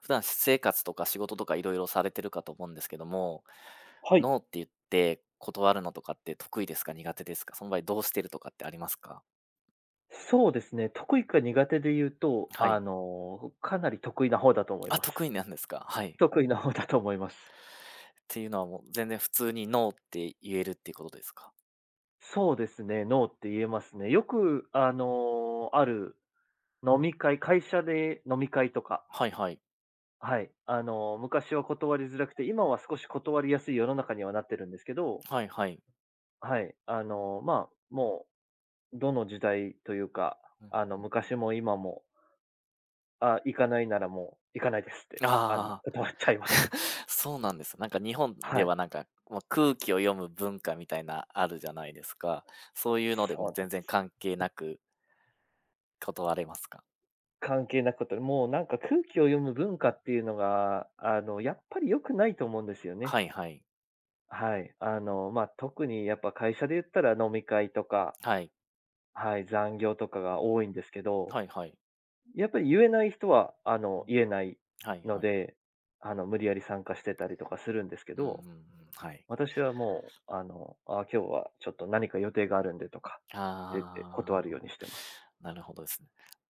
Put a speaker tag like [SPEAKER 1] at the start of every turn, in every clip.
[SPEAKER 1] 普段、生活とか仕事とかいろいろされてるかと思うんですけども、
[SPEAKER 2] はい。
[SPEAKER 1] ノーって言って断るのとかって得意ですか？苦手ですか？その場合どうしてるとかってありますか？
[SPEAKER 2] そうですね。得意か苦手で言うと、
[SPEAKER 1] はい。
[SPEAKER 2] かなり得意な方だと思い
[SPEAKER 1] あ、
[SPEAKER 2] ま
[SPEAKER 1] 得
[SPEAKER 2] す。
[SPEAKER 1] 意なんですか？はい。
[SPEAKER 2] 得意な方だと思います。
[SPEAKER 1] っていうのはもう全然普通にノーって言えるっていうことですか？
[SPEAKER 2] そうですね、ノーって言えますね。よく、ある飲み会、会社で飲み会とか、
[SPEAKER 1] はいはい。
[SPEAKER 2] はい。昔は断りづらくて、今は少し断りやすい世の中にはなってるんですけど、
[SPEAKER 1] はいはい。
[SPEAKER 2] はい。どの時代というか、
[SPEAKER 1] うんうん。
[SPEAKER 2] 昔も今も、行かないならもう行かないですって、
[SPEAKER 1] ああ。
[SPEAKER 2] 断っちゃいます。
[SPEAKER 1] そうなんです。なんか日本
[SPEAKER 2] は
[SPEAKER 1] で
[SPEAKER 2] い。
[SPEAKER 1] はなんか、まあ空気を読む文化みたいなあるじゃないですか。そういうので
[SPEAKER 2] そ
[SPEAKER 1] も
[SPEAKER 2] うなん
[SPEAKER 1] 全
[SPEAKER 2] で
[SPEAKER 1] 然
[SPEAKER 2] す。
[SPEAKER 1] 関係なく断れますか？
[SPEAKER 2] 関係なくことで、もうなんか空気を読む文化っていうのが、やっぱり良くないと思うんですよね。
[SPEAKER 1] はいはい。
[SPEAKER 2] はい。特にやっぱ会社で言ったら飲み会とか、
[SPEAKER 1] はい。
[SPEAKER 2] はい、残業とかが多いんですけど、
[SPEAKER 1] はいはい。
[SPEAKER 2] やっぱり言えない人は、言えない
[SPEAKER 1] はい
[SPEAKER 2] の
[SPEAKER 1] はい。
[SPEAKER 2] で、無理やり参加してたりとかするんですけ
[SPEAKER 1] うんうん
[SPEAKER 2] ど、
[SPEAKER 1] うん。はい。
[SPEAKER 2] 私はもう、今日はちょっと何か予定があるんでとかって言って
[SPEAKER 1] あ
[SPEAKER 2] 断るよ
[SPEAKER 1] あ、
[SPEAKER 2] うにしてます。
[SPEAKER 1] なるほどですね。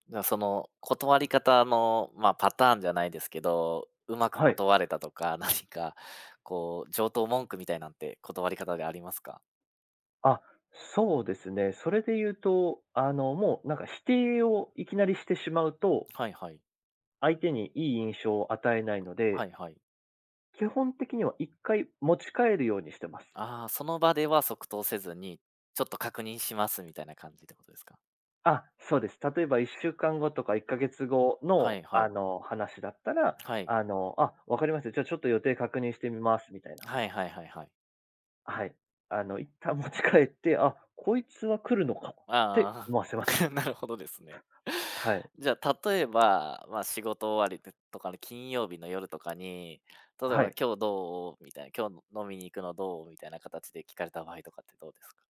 [SPEAKER 1] じゃあその断り方の、まあ、パターンじゃないですけど、うまく
[SPEAKER 2] はい。
[SPEAKER 1] 断れたとか、何かこう上等文句みたいなんて断り方でありますか？
[SPEAKER 2] あ、そうですね。それで言うと、もうなんか否定をいきなりしてしまうと、
[SPEAKER 1] はいはい。
[SPEAKER 2] 相手にいい印象を与えないの
[SPEAKER 1] は
[SPEAKER 2] で、
[SPEAKER 1] いはい。
[SPEAKER 2] 基本的には1回持ち帰るようにしてます。
[SPEAKER 1] ああ、その場では即答せずに、ちょっと確認しますみたいな感じってことですか？
[SPEAKER 2] そうです。例えば1週間後とか1ヶ月後
[SPEAKER 1] は
[SPEAKER 2] の、
[SPEAKER 1] いはい。
[SPEAKER 2] 話だったら、
[SPEAKER 1] はい。
[SPEAKER 2] わかりました。じゃあちょっと予定確認してみます、みたいな。
[SPEAKER 1] はいはいはいはい。
[SPEAKER 2] はい。一旦持ち帰って、こいつは来るのかって
[SPEAKER 1] あ
[SPEAKER 2] 思わせ
[SPEAKER 1] あ、
[SPEAKER 2] ます。
[SPEAKER 1] なるほどですね。
[SPEAKER 2] はい。
[SPEAKER 1] じゃあ、例えば、まあ、仕事終わりでとかの金曜日の夜とかに、例えば
[SPEAKER 2] はい。
[SPEAKER 1] 「今日どう？」みたいな、「今日飲みに行くのどう？」みたいな形で聞かれた場合とかってどうですか？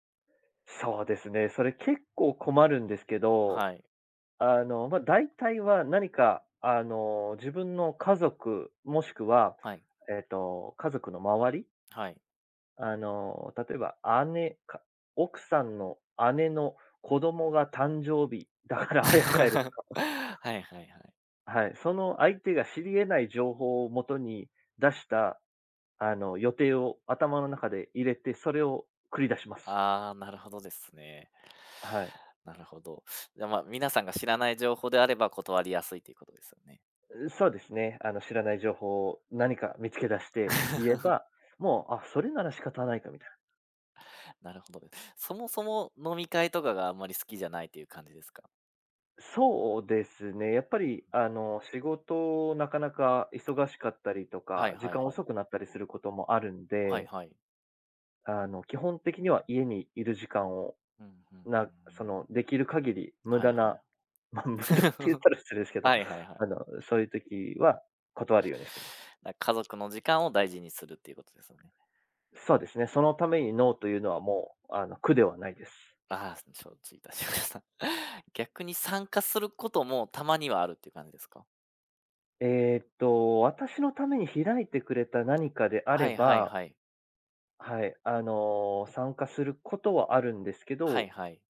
[SPEAKER 2] そうですね。それ結構困るんですけど、
[SPEAKER 1] はい、
[SPEAKER 2] 大体は何か、自分の家族、もしくは、
[SPEAKER 1] はい、
[SPEAKER 2] 家族の周り、
[SPEAKER 1] はい。
[SPEAKER 2] 例えば姉、か奥さんの姉の子供が誕生日だか ら早く帰ると
[SPEAKER 1] は
[SPEAKER 2] か、
[SPEAKER 1] いはいはい。
[SPEAKER 2] はい、その相手が知り得ない情報をもとに出した、予定を頭の中で入れて、それを繰り出します。
[SPEAKER 1] ああ、なるほどですね。
[SPEAKER 2] はい。
[SPEAKER 1] なるほど。じゃ、まあ、皆さんが知らない情報であれば断りやすいということですよね。
[SPEAKER 2] そうですね。知らない情報を何か見つけ出して言え ば、もう、それなら仕方ないかみたいな。
[SPEAKER 1] なるほどです。そもそも飲み会とかがあんまり好きじゃないという感じですか？
[SPEAKER 2] そうですね。やっぱり、仕事なかなか忙しかったりと
[SPEAKER 1] は
[SPEAKER 2] か、
[SPEAKER 1] い
[SPEAKER 2] 時
[SPEAKER 1] はい
[SPEAKER 2] 間
[SPEAKER 1] はい。
[SPEAKER 2] 遅くなったりすることもあるん
[SPEAKER 1] はい
[SPEAKER 2] で、
[SPEAKER 1] はい。
[SPEAKER 2] 基本的には家にいる時間を、
[SPEAKER 1] うんうんう
[SPEAKER 2] な、そ
[SPEAKER 1] ん
[SPEAKER 2] の、できる限り無駄な、まあ、無駄って言ったら失礼ですけど、
[SPEAKER 1] はいはい はいはいはい。
[SPEAKER 2] そういう時は断るようにしてます。
[SPEAKER 1] だ、家族の時間を大事にするっていうことですよね。
[SPEAKER 2] そうですね。そのためにノーというのはもう、苦ではないです。
[SPEAKER 1] ああ、承知いたしました。逆に参加することもたまにはあるっていう感じですか？
[SPEAKER 2] 私のために開いてくれた何かであれ
[SPEAKER 1] はいはい
[SPEAKER 2] ば、
[SPEAKER 1] はい。
[SPEAKER 2] はい、参加することはあるんですけ
[SPEAKER 1] はい
[SPEAKER 2] ど、
[SPEAKER 1] はい。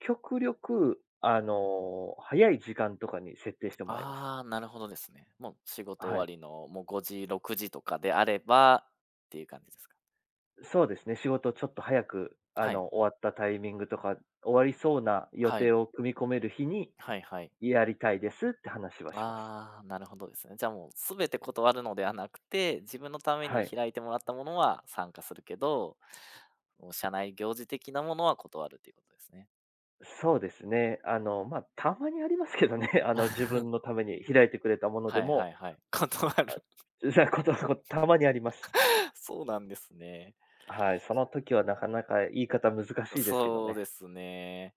[SPEAKER 2] 極力、早い時間とかに設定してもらいます。
[SPEAKER 1] ああ、なるほどですね。もう仕事終
[SPEAKER 2] は
[SPEAKER 1] わ
[SPEAKER 2] い。
[SPEAKER 1] りのもう5時、6時とかであればっていう感じですか？
[SPEAKER 2] そうですね、仕事ちょっと早く、
[SPEAKER 1] はい。
[SPEAKER 2] 終わったタイミングとか、終わりそうな予
[SPEAKER 1] は
[SPEAKER 2] 定
[SPEAKER 1] い。
[SPEAKER 2] を組み込める日に
[SPEAKER 1] はいはい。
[SPEAKER 2] やりたいですって話はします。
[SPEAKER 1] ああ、なるほどですね。じゃあもう全て断るのではなくて、自分のため
[SPEAKER 2] は
[SPEAKER 1] に
[SPEAKER 2] い。
[SPEAKER 1] 開いてもらったものは参加するけど、もう社内行事的なものは断るっていうことですね。
[SPEAKER 2] そうですね。たまにありますけどね、自分の ために開いてくれたもので
[SPEAKER 1] はい
[SPEAKER 2] も
[SPEAKER 1] はいはい。断る。
[SPEAKER 2] うざいことは たまにあります。
[SPEAKER 1] そうなんですね。
[SPEAKER 2] はい、その時はなかなか言い方難しいですけど
[SPEAKER 1] そう
[SPEAKER 2] ね。
[SPEAKER 1] ですね。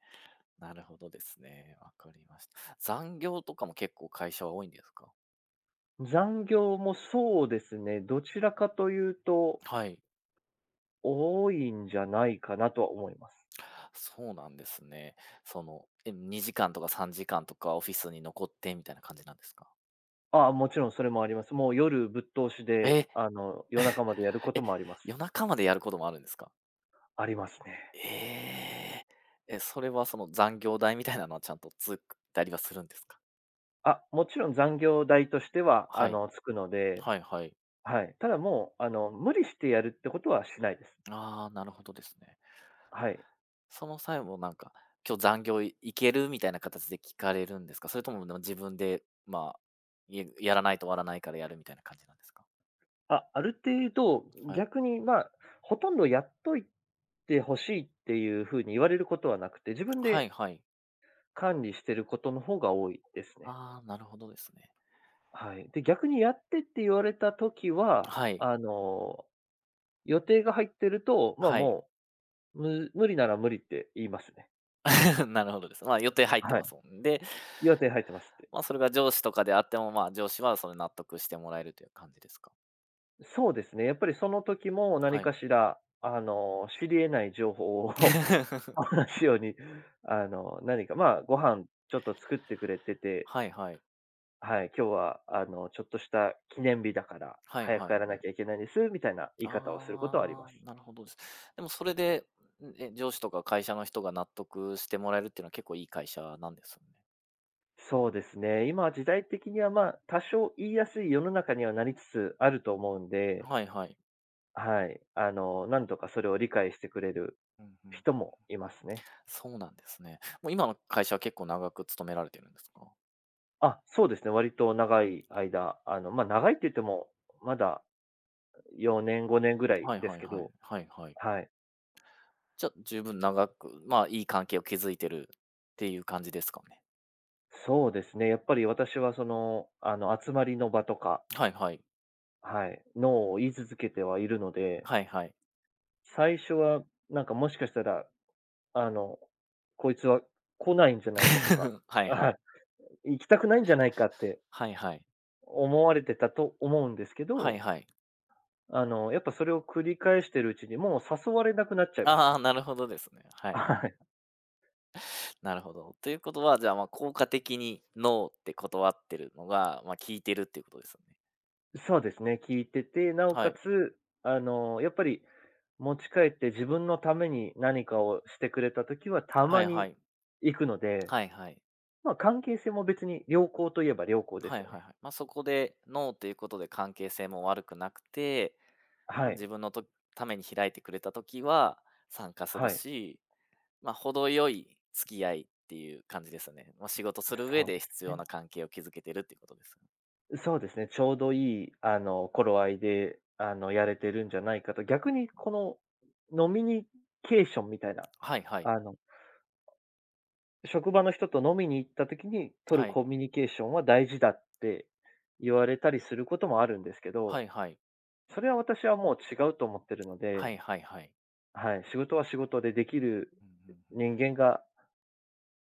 [SPEAKER 1] なるほどですね。わかりました。残業とかも結構会社は多いんですか。
[SPEAKER 2] 残業もそうですね、どちらかというと、
[SPEAKER 1] はい。
[SPEAKER 2] 多いんじゃないかなとは思います。
[SPEAKER 1] そうなんですね。その、え、2時間とか3時間とかオフィスに残ってみたいな感じなんですか。
[SPEAKER 2] ああ、もちろんそれもあります。もう夜ぶっ通しで、
[SPEAKER 1] え
[SPEAKER 2] 夜中までやること
[SPEAKER 1] え、
[SPEAKER 2] もあります。
[SPEAKER 1] 夜中までやることもあるんですか？
[SPEAKER 2] ありますね。
[SPEAKER 1] ええ。え、それはその残業代みたいなのはちゃんとつくったりはするんですか？
[SPEAKER 2] もちろん残業代としては、
[SPEAKER 1] はい。
[SPEAKER 2] つくので、
[SPEAKER 1] はいはい。
[SPEAKER 2] はい。ただもう、無理してやるってことはしないです。
[SPEAKER 1] ああ、なるほどですね。
[SPEAKER 2] はい。
[SPEAKER 1] その際もなんか、今日残業い行けるみたいな形で聞かれるんですか？それとも、な自分で、まあ、ややらないと終わらないからやるみたいな感じなんですか？
[SPEAKER 2] ある程度、
[SPEAKER 1] はい。
[SPEAKER 2] 逆に、まあ、ほとんどやっといて欲しいっていう風に言われることはなくて、自分
[SPEAKER 1] はい
[SPEAKER 2] で
[SPEAKER 1] はい。
[SPEAKER 2] 管理してることの方が多いですね。
[SPEAKER 1] ああ、なるほどですね。
[SPEAKER 2] はい。で、逆にやってって言われた時は、
[SPEAKER 1] はい。
[SPEAKER 2] あの、予定が入ってると、まあ、
[SPEAKER 1] はい。
[SPEAKER 2] もう、む無理なら無理って言いますね。
[SPEAKER 1] なるほどです。まあ、予定入って
[SPEAKER 2] は
[SPEAKER 1] ま
[SPEAKER 2] い。
[SPEAKER 1] すもん。で、
[SPEAKER 2] 予定入ってますって。
[SPEAKER 1] まあ、それが上司とかであっても、まあ、上司はそれ納得してもらえるという感じですか？
[SPEAKER 2] そうですね。やっぱりその時も何
[SPEAKER 1] はい。
[SPEAKER 2] かしら、知り得ない情報を 話すように、何か、まあ、ご飯ちょっと作ってくれてて、
[SPEAKER 1] はいはい。
[SPEAKER 2] はい、今日はちょっとした記念日だから、
[SPEAKER 1] はい
[SPEAKER 2] 早
[SPEAKER 1] は
[SPEAKER 2] く
[SPEAKER 1] い
[SPEAKER 2] やらな
[SPEAKER 1] はい。
[SPEAKER 2] きゃいけないんです、みたいな言い方をすることはありま
[SPEAKER 1] あ
[SPEAKER 2] す。
[SPEAKER 1] あ、なるほどです。でもそれで、ん、え、上司とか会社の人が納得してもらえるっていうのは結構いい会社なんですよね。
[SPEAKER 2] そうですね。今時代的には、まあ、多少言いやすい世の中にはなりつつあると思うんで、
[SPEAKER 1] はいはい。
[SPEAKER 2] はい。なんとかそれを理解してくれる
[SPEAKER 1] うんうん。
[SPEAKER 2] 人もいますね。
[SPEAKER 1] そうなんですね。もう今の会社は結構長く勤められてるんですか？
[SPEAKER 2] そうですね、割と長い間、長いって言っても、まだ4年、5年ぐらい
[SPEAKER 1] はい
[SPEAKER 2] です
[SPEAKER 1] はい
[SPEAKER 2] け
[SPEAKER 1] はい。
[SPEAKER 2] ど、
[SPEAKER 1] はいはい。
[SPEAKER 2] はい。
[SPEAKER 1] じゃ、十分長く、ま、いい関係を築いてるっていう感じですかね？
[SPEAKER 2] そうですね、やっぱり私はその、集まりの場とか、
[SPEAKER 1] はいはい。
[SPEAKER 2] はい、ノーを言い続けてはいるので、
[SPEAKER 1] はいはい。
[SPEAKER 2] 最初はなんかもしかしたら、あの、こいつは来ないんじゃないかとか、
[SPEAKER 1] はいは
[SPEAKER 2] あ、
[SPEAKER 1] い。
[SPEAKER 2] 行きたくないんじゃないかって
[SPEAKER 1] はいはい。
[SPEAKER 2] 思われてたと思うんですけ
[SPEAKER 1] はい
[SPEAKER 2] ど、
[SPEAKER 1] はい。
[SPEAKER 2] やっぱそれを繰り返してるうちにもう誘われなくなっちゃ いました
[SPEAKER 1] ああ、
[SPEAKER 2] ね。
[SPEAKER 1] なるほどですね。はい はい
[SPEAKER 2] は
[SPEAKER 1] は
[SPEAKER 2] い。
[SPEAKER 1] い。なるほど。ということは、じゃあ、まあ、効果的にノーって断ってるのが、まあ、効いてるっていうことですよね。
[SPEAKER 2] そうですね、聞いてて、なお
[SPEAKER 1] は
[SPEAKER 2] か
[SPEAKER 1] い。
[SPEAKER 2] つ、やっぱり持ち帰って自分のために何かをしてくれた時はた
[SPEAKER 1] は
[SPEAKER 2] ま
[SPEAKER 1] いは
[SPEAKER 2] に
[SPEAKER 1] い。
[SPEAKER 2] 行くので、
[SPEAKER 1] はいはい。
[SPEAKER 2] まあ、関係性も別に良好といえば良好で
[SPEAKER 1] は
[SPEAKER 2] す
[SPEAKER 1] い
[SPEAKER 2] よ
[SPEAKER 1] はい
[SPEAKER 2] ね。
[SPEAKER 1] はい。まあ、そこでノーということで関係性も悪くなくて、ま
[SPEAKER 2] は
[SPEAKER 1] あ、
[SPEAKER 2] い。
[SPEAKER 1] 自分のとために開いてくれたときは参加する
[SPEAKER 2] はい。
[SPEAKER 1] し、まあ、程よい付き合いっていう感じですよね。まあ、仕事する上
[SPEAKER 2] そう
[SPEAKER 1] で
[SPEAKER 2] です
[SPEAKER 1] 必要
[SPEAKER 2] ね。
[SPEAKER 1] な関係を築けてるっていうことですよね。
[SPEAKER 2] そうですね。ちょうどいい、頃合いで、やれてるんじゃないかと。逆にこの、飲みニケーションみたいな、
[SPEAKER 1] はいはい。
[SPEAKER 2] あの、職場の人と飲みに行った時に取る
[SPEAKER 1] はい。
[SPEAKER 2] コミュニケーションは大事だって言われたりすることもあるんですけど、
[SPEAKER 1] はいはい。
[SPEAKER 2] それは私はもう違うと思ってるの
[SPEAKER 1] は
[SPEAKER 2] で、
[SPEAKER 1] いはいはい。
[SPEAKER 2] はい。仕事は仕事でできる
[SPEAKER 1] うんうんうん。
[SPEAKER 2] 人間が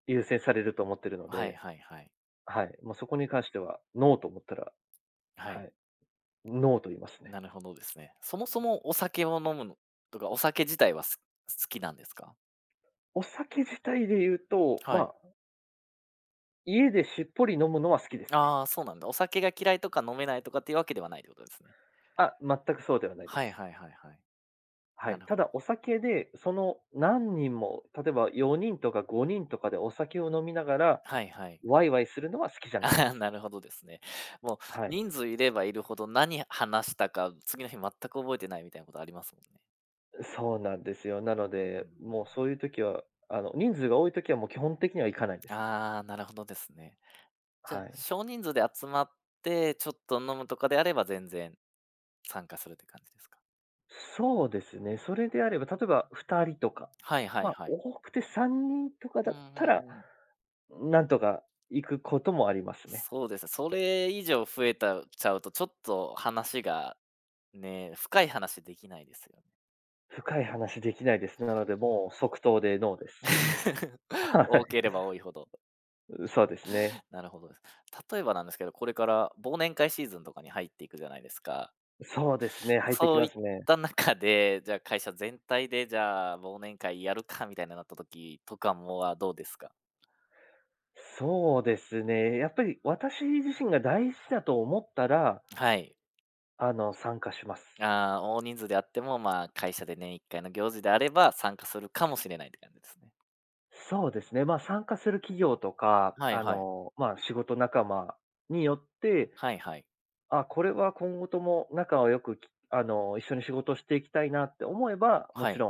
[SPEAKER 2] 優先されると思ってるの
[SPEAKER 1] はい
[SPEAKER 2] で。
[SPEAKER 1] はいはい。
[SPEAKER 2] はい、もうそこに関しては、ノーと思ったら、
[SPEAKER 1] は
[SPEAKER 2] は
[SPEAKER 1] い。
[SPEAKER 2] い、ノーと言いますね。
[SPEAKER 1] なるほどですね。そもそもお酒を飲むのとか、お酒自体はす好きなんですか？
[SPEAKER 2] お酒自体で言うと、ま
[SPEAKER 1] はい。
[SPEAKER 2] あ、家でしっぽり飲むのは好きですね。
[SPEAKER 1] ああ、そうなんだ。お酒が嫌いとか飲めないとかっていうわけではないってことですね。
[SPEAKER 2] 全くそうではないで
[SPEAKER 1] はい
[SPEAKER 2] す。
[SPEAKER 1] はいはいはい。
[SPEAKER 2] は
[SPEAKER 1] な
[SPEAKER 2] い。
[SPEAKER 1] る
[SPEAKER 2] た
[SPEAKER 1] ほど。
[SPEAKER 2] だお酒で、その何人も、例えば4人とか5人とかでお酒を飲みながら、
[SPEAKER 1] はいはい。
[SPEAKER 2] ワイワイするのは好きじゃないで
[SPEAKER 1] あー、
[SPEAKER 2] す。
[SPEAKER 1] なるほどですね。もう
[SPEAKER 2] はい。
[SPEAKER 1] 人数いればいるほど、何話したか、次の日全く覚えてないみたいなことありますもんね。
[SPEAKER 2] そうなんですよ。なの
[SPEAKER 1] うんうんう
[SPEAKER 2] で、もうそうい
[SPEAKER 1] ん。
[SPEAKER 2] う時は、人数が多い時はもう基本的には行かないですね。
[SPEAKER 1] ああ、なるほどですね。じゃ
[SPEAKER 2] は
[SPEAKER 1] あ、
[SPEAKER 2] い。
[SPEAKER 1] 少人数で集まって、ちょっと飲むとかであれば全然参加するって感じですか？
[SPEAKER 2] そうですね。それであれば、例えば2人とか、
[SPEAKER 1] はいは
[SPEAKER 2] ま
[SPEAKER 1] い
[SPEAKER 2] あ、
[SPEAKER 1] はい。
[SPEAKER 2] 多くて3人とか
[SPEAKER 1] う
[SPEAKER 2] だ
[SPEAKER 1] ん
[SPEAKER 2] った
[SPEAKER 1] う
[SPEAKER 2] ら、
[SPEAKER 1] んうん。
[SPEAKER 2] なんとか行くこともありますね。
[SPEAKER 1] そうですね、それ以上増えたちゃうと、ちょっと話がね、深い話できないですよね。
[SPEAKER 2] 深い話できないです。なので、もう即答でノーです。はい。
[SPEAKER 1] 多ければ多いほど。
[SPEAKER 2] そうですね。
[SPEAKER 1] なるほどです。例えばなんですけど、これから忘年会シーズンとかに入っていくじゃないですか。
[SPEAKER 2] そうですね、入ってき
[SPEAKER 1] そう
[SPEAKER 2] ま
[SPEAKER 1] いっ
[SPEAKER 2] すね。
[SPEAKER 1] た中で、じゃあ会社全体で、じゃあ忘年会やるかみたいななった時とかもはどうですか？
[SPEAKER 2] そうですね。やっぱり私自身が大事だと思ったら、
[SPEAKER 1] はい。
[SPEAKER 2] 参加します。
[SPEAKER 1] ああ、大人数であっても、まあ、会社で年一回の行事であれば、参加するかもしれないって感じですね。
[SPEAKER 2] そうですね。まあ、参加する企業とか、
[SPEAKER 1] はいはい。
[SPEAKER 2] 仕事仲間によって、
[SPEAKER 1] はいはい。
[SPEAKER 2] これは今後とも仲はよく、きあの、一緒に仕事していきたいなって思えば、も
[SPEAKER 1] は
[SPEAKER 2] ち
[SPEAKER 1] い。
[SPEAKER 2] ろ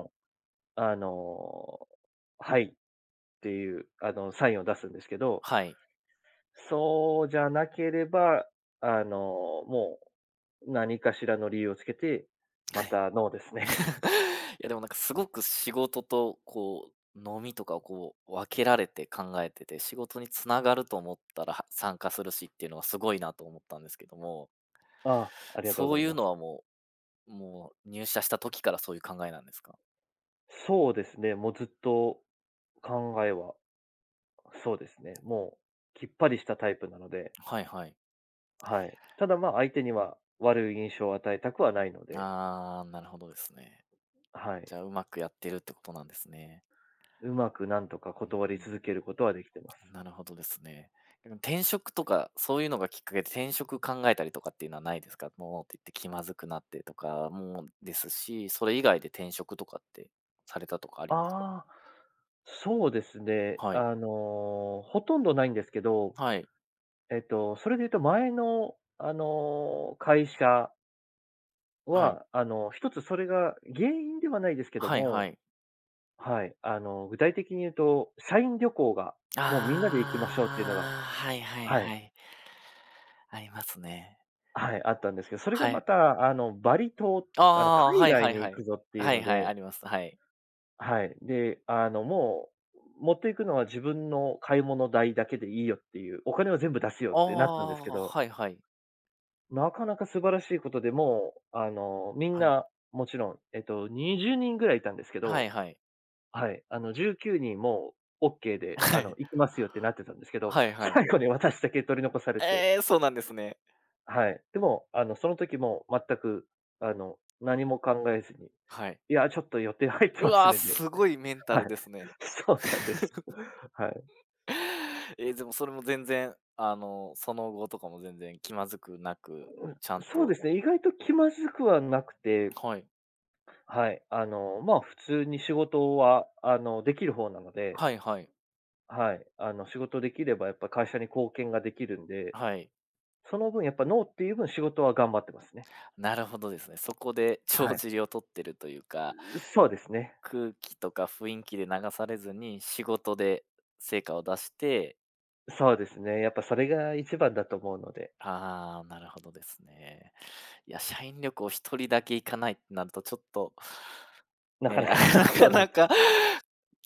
[SPEAKER 2] ん、はい、っていう、サインを出すんですけど、
[SPEAKER 1] はい。
[SPEAKER 2] そうじゃなければ、あの、も何かしらの理由をつけて、
[SPEAKER 1] は
[SPEAKER 2] ま
[SPEAKER 1] い
[SPEAKER 2] たノーですね。
[SPEAKER 1] いや、でもなんかすごく仕事と、こう、飲みとかをこう、分けられて考えてて、仕事につながると思ったらは参加するしっていうのはすごいなと思ったんですけども、
[SPEAKER 2] ああ、ありがとうご
[SPEAKER 1] そ
[SPEAKER 2] ざ
[SPEAKER 1] う
[SPEAKER 2] い
[SPEAKER 1] いう
[SPEAKER 2] ま
[SPEAKER 1] の
[SPEAKER 2] す。
[SPEAKER 1] はもうもう入社した時からそういう考えなんですか？
[SPEAKER 2] そうですね、もうずっと考えは、そうですね、もう、きっぱりしたタイプなので、
[SPEAKER 1] はいはい。
[SPEAKER 2] はい。ただまあ、相手には悪い印象を与えたくはないので、
[SPEAKER 1] ああ、なるほどですね。
[SPEAKER 2] はい。
[SPEAKER 1] じゃあ、うまくやってるってことなんですね。
[SPEAKER 2] うまくなんとか
[SPEAKER 1] うん
[SPEAKER 2] 断
[SPEAKER 1] う
[SPEAKER 2] り続
[SPEAKER 1] ん。
[SPEAKER 2] けることはできてます。
[SPEAKER 1] なるほどですね。でも転職とか、そういうのがきっかけで転職考えたりとかっていうのはないですか？もうって言って気まずくなってとかもですし、それ以外で転職とかってされたとかありますか？
[SPEAKER 2] ああ、そうですね。
[SPEAKER 1] はい。
[SPEAKER 2] ほとんどないんですけど、
[SPEAKER 1] はい。
[SPEAKER 2] それで言うと前の、会社
[SPEAKER 1] はい。
[SPEAKER 2] は、一つそれが原因ではないですけど
[SPEAKER 1] はいは
[SPEAKER 2] も、
[SPEAKER 1] い。
[SPEAKER 2] はい、具体的に言うと、社員旅行が、もうみんなで行きましょうっていうのが、
[SPEAKER 1] ああ、はいはい
[SPEAKER 2] は
[SPEAKER 1] は
[SPEAKER 2] い、
[SPEAKER 1] い。ありますね。
[SPEAKER 2] はい、あったんですけど、それが
[SPEAKER 1] は
[SPEAKER 2] ま
[SPEAKER 1] い。
[SPEAKER 2] た、バリ島、
[SPEAKER 1] ああ、
[SPEAKER 2] 海
[SPEAKER 1] はい
[SPEAKER 2] 外
[SPEAKER 1] はい
[SPEAKER 2] に
[SPEAKER 1] は
[SPEAKER 2] 行く
[SPEAKER 1] い。
[SPEAKER 2] ぞっていう
[SPEAKER 1] はい
[SPEAKER 2] の
[SPEAKER 1] はい、
[SPEAKER 2] で、
[SPEAKER 1] あります。はい。
[SPEAKER 2] はい。で、もう、持っていくのは自分の買い物代だけでいいよっていう、お金は全部出すよっ
[SPEAKER 1] あ
[SPEAKER 2] てなったんですけ
[SPEAKER 1] あ、
[SPEAKER 2] ど、
[SPEAKER 1] はいはい。
[SPEAKER 2] なかなか素晴らしいことでもう、みん
[SPEAKER 1] はい。
[SPEAKER 2] な、もちろん、20人ぐらいいたんですけ
[SPEAKER 1] は
[SPEAKER 2] ど、
[SPEAKER 1] いはい。
[SPEAKER 2] はい、19人も OK で、
[SPEAKER 1] はい。
[SPEAKER 2] 行きますよってなってたんですけど、
[SPEAKER 1] はいはい。
[SPEAKER 2] 最後に私だけ取り残されて、
[SPEAKER 1] ええ、そうなんですね。
[SPEAKER 2] はい。でも、その時も全く、何も考えずに、
[SPEAKER 1] はい。
[SPEAKER 2] いや、ちょっと予定入って
[SPEAKER 1] う
[SPEAKER 2] ます
[SPEAKER 1] わー、
[SPEAKER 2] ね。
[SPEAKER 1] すごいメンタ
[SPEAKER 2] は
[SPEAKER 1] ル
[SPEAKER 2] い。
[SPEAKER 1] ですね。
[SPEAKER 2] そうなんです。はい。
[SPEAKER 1] え、でもそれも全然、その後とかも全然気まずくなく、ちゃん
[SPEAKER 2] そうで
[SPEAKER 1] と、
[SPEAKER 2] すね、意外と気まずくはなくて、
[SPEAKER 1] はい。
[SPEAKER 2] はい。まあ、普通に仕事は、できる方なので、
[SPEAKER 1] はいはい。
[SPEAKER 2] はい。仕事できればやっぱ会社に貢献ができるんで、
[SPEAKER 1] はい。
[SPEAKER 2] その分やっぱノーっていう分仕事は頑張ってますね。
[SPEAKER 1] なるほどですね。そこで
[SPEAKER 2] は
[SPEAKER 1] 帳
[SPEAKER 2] い。
[SPEAKER 1] 尻を取ってるというか、
[SPEAKER 2] そうですね。
[SPEAKER 1] 空気とか雰囲気で流されずに、仕事で成果を出して、
[SPEAKER 2] そうですね。やっぱそれが一番だと思うので、
[SPEAKER 1] ああ、なるほどですね。いや、社員旅行一人だけ行かないってなるとちょっと、
[SPEAKER 2] なかな
[SPEAKER 1] ね、
[SPEAKER 2] か
[SPEAKER 1] あ な
[SPEAKER 2] そう
[SPEAKER 1] か
[SPEAKER 2] なん
[SPEAKER 1] な
[SPEAKER 2] です。
[SPEAKER 1] か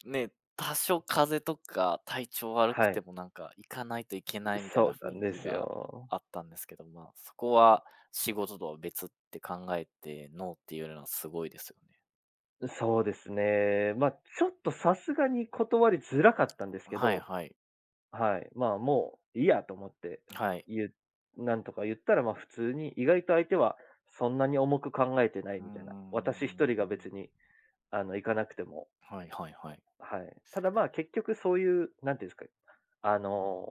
[SPEAKER 1] ね、多少風邪とか体調悪く
[SPEAKER 2] は
[SPEAKER 1] て
[SPEAKER 2] い。
[SPEAKER 1] もなんか行かないといけないみたい
[SPEAKER 2] そ
[SPEAKER 1] な
[SPEAKER 2] うな
[SPEAKER 1] 雰
[SPEAKER 2] ん
[SPEAKER 1] 囲
[SPEAKER 2] で
[SPEAKER 1] 気
[SPEAKER 2] す
[SPEAKER 1] が
[SPEAKER 2] よ。
[SPEAKER 1] あったんですけど、まあ、そこは仕事とは別って考えて、ノーって言うのはすごいですよね。
[SPEAKER 2] そうですね。まあ、ちょっとさすがに断りづらかったんですけ
[SPEAKER 1] はい
[SPEAKER 2] ど、
[SPEAKER 1] はい。
[SPEAKER 2] はい、まあ、もういいやと思って、
[SPEAKER 1] はい。
[SPEAKER 2] ゆなんとか言ったら、まあ、普通に、意外と相手はそんなに重く考えてない
[SPEAKER 1] うー
[SPEAKER 2] みたいな。私一人
[SPEAKER 1] ん。
[SPEAKER 2] が別に、行かなくても、
[SPEAKER 1] はいはいはい。
[SPEAKER 2] はい。ただ、まあ、結局そういう、なんていうんですか、あの、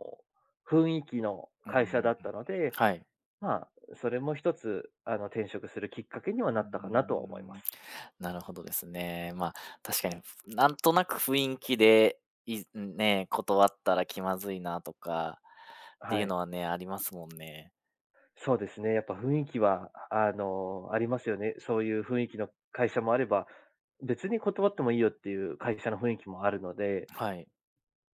[SPEAKER 2] 雰囲気の
[SPEAKER 1] うんうんう
[SPEAKER 2] 会社だ
[SPEAKER 1] ん。
[SPEAKER 2] ったので、
[SPEAKER 1] はい。
[SPEAKER 2] まあ、それも一つ、転職するきっかけにはな
[SPEAKER 1] うー
[SPEAKER 2] ったかなとは思いま
[SPEAKER 1] ん。
[SPEAKER 2] す。
[SPEAKER 1] なるほどですね。まあ、確かに、なんとなく雰囲気で、いね、断ったら気まずいなとかってい
[SPEAKER 2] は
[SPEAKER 1] う
[SPEAKER 2] い。
[SPEAKER 1] のはね、ありますもんね。
[SPEAKER 2] そうですね、やっぱ雰囲気は、ありますよね。そういう雰囲気の会社もあれば、別に断ってもいいよっていう会社の雰囲気もあるので、
[SPEAKER 1] はい。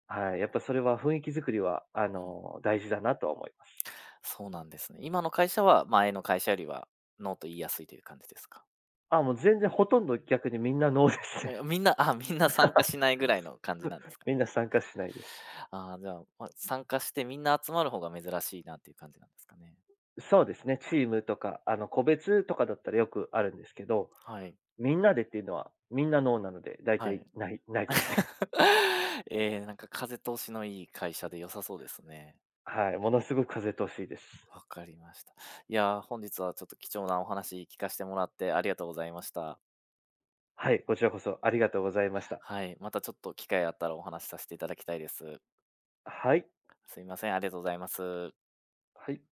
[SPEAKER 2] はい、やっぱそれは雰囲気作りは、
[SPEAKER 1] うん、
[SPEAKER 2] 大事だなとは思います。
[SPEAKER 1] そうなんですね。今の会社は前の会社よりはノーと言いやすいという感じですか？
[SPEAKER 2] あ、もう全然ほとんど逆にみんなノーですね。
[SPEAKER 1] え、みんな、あ、みんな参加しないぐらいの感じなんで すか？
[SPEAKER 2] みんな参加しないです。
[SPEAKER 1] ああー、じゃあ、まあ、参加してみんな集まる方が珍しいなっていう感じなんですかね。
[SPEAKER 2] そうですね、チームとか、個別とかだったらよくあるんですけど、
[SPEAKER 1] はい、
[SPEAKER 2] みんなでっていうのは、みんなノーなので、大
[SPEAKER 1] は
[SPEAKER 2] 体
[SPEAKER 1] い。
[SPEAKER 2] ない、ないですね。
[SPEAKER 1] ええ、なんか風通しのいい会社で良さそうですね。
[SPEAKER 2] はい、ものすごく風通しいいです。
[SPEAKER 1] わかりました。いやー、本日はちょっと貴重なお話聞かせてもらってありがとうございました。
[SPEAKER 2] はい、こちらこそありがとうございました。
[SPEAKER 1] はい、またちょっと機会あったらお話しさせていただきたいです。
[SPEAKER 2] はい。
[SPEAKER 1] すいません、ありがとうございます。
[SPEAKER 2] はい。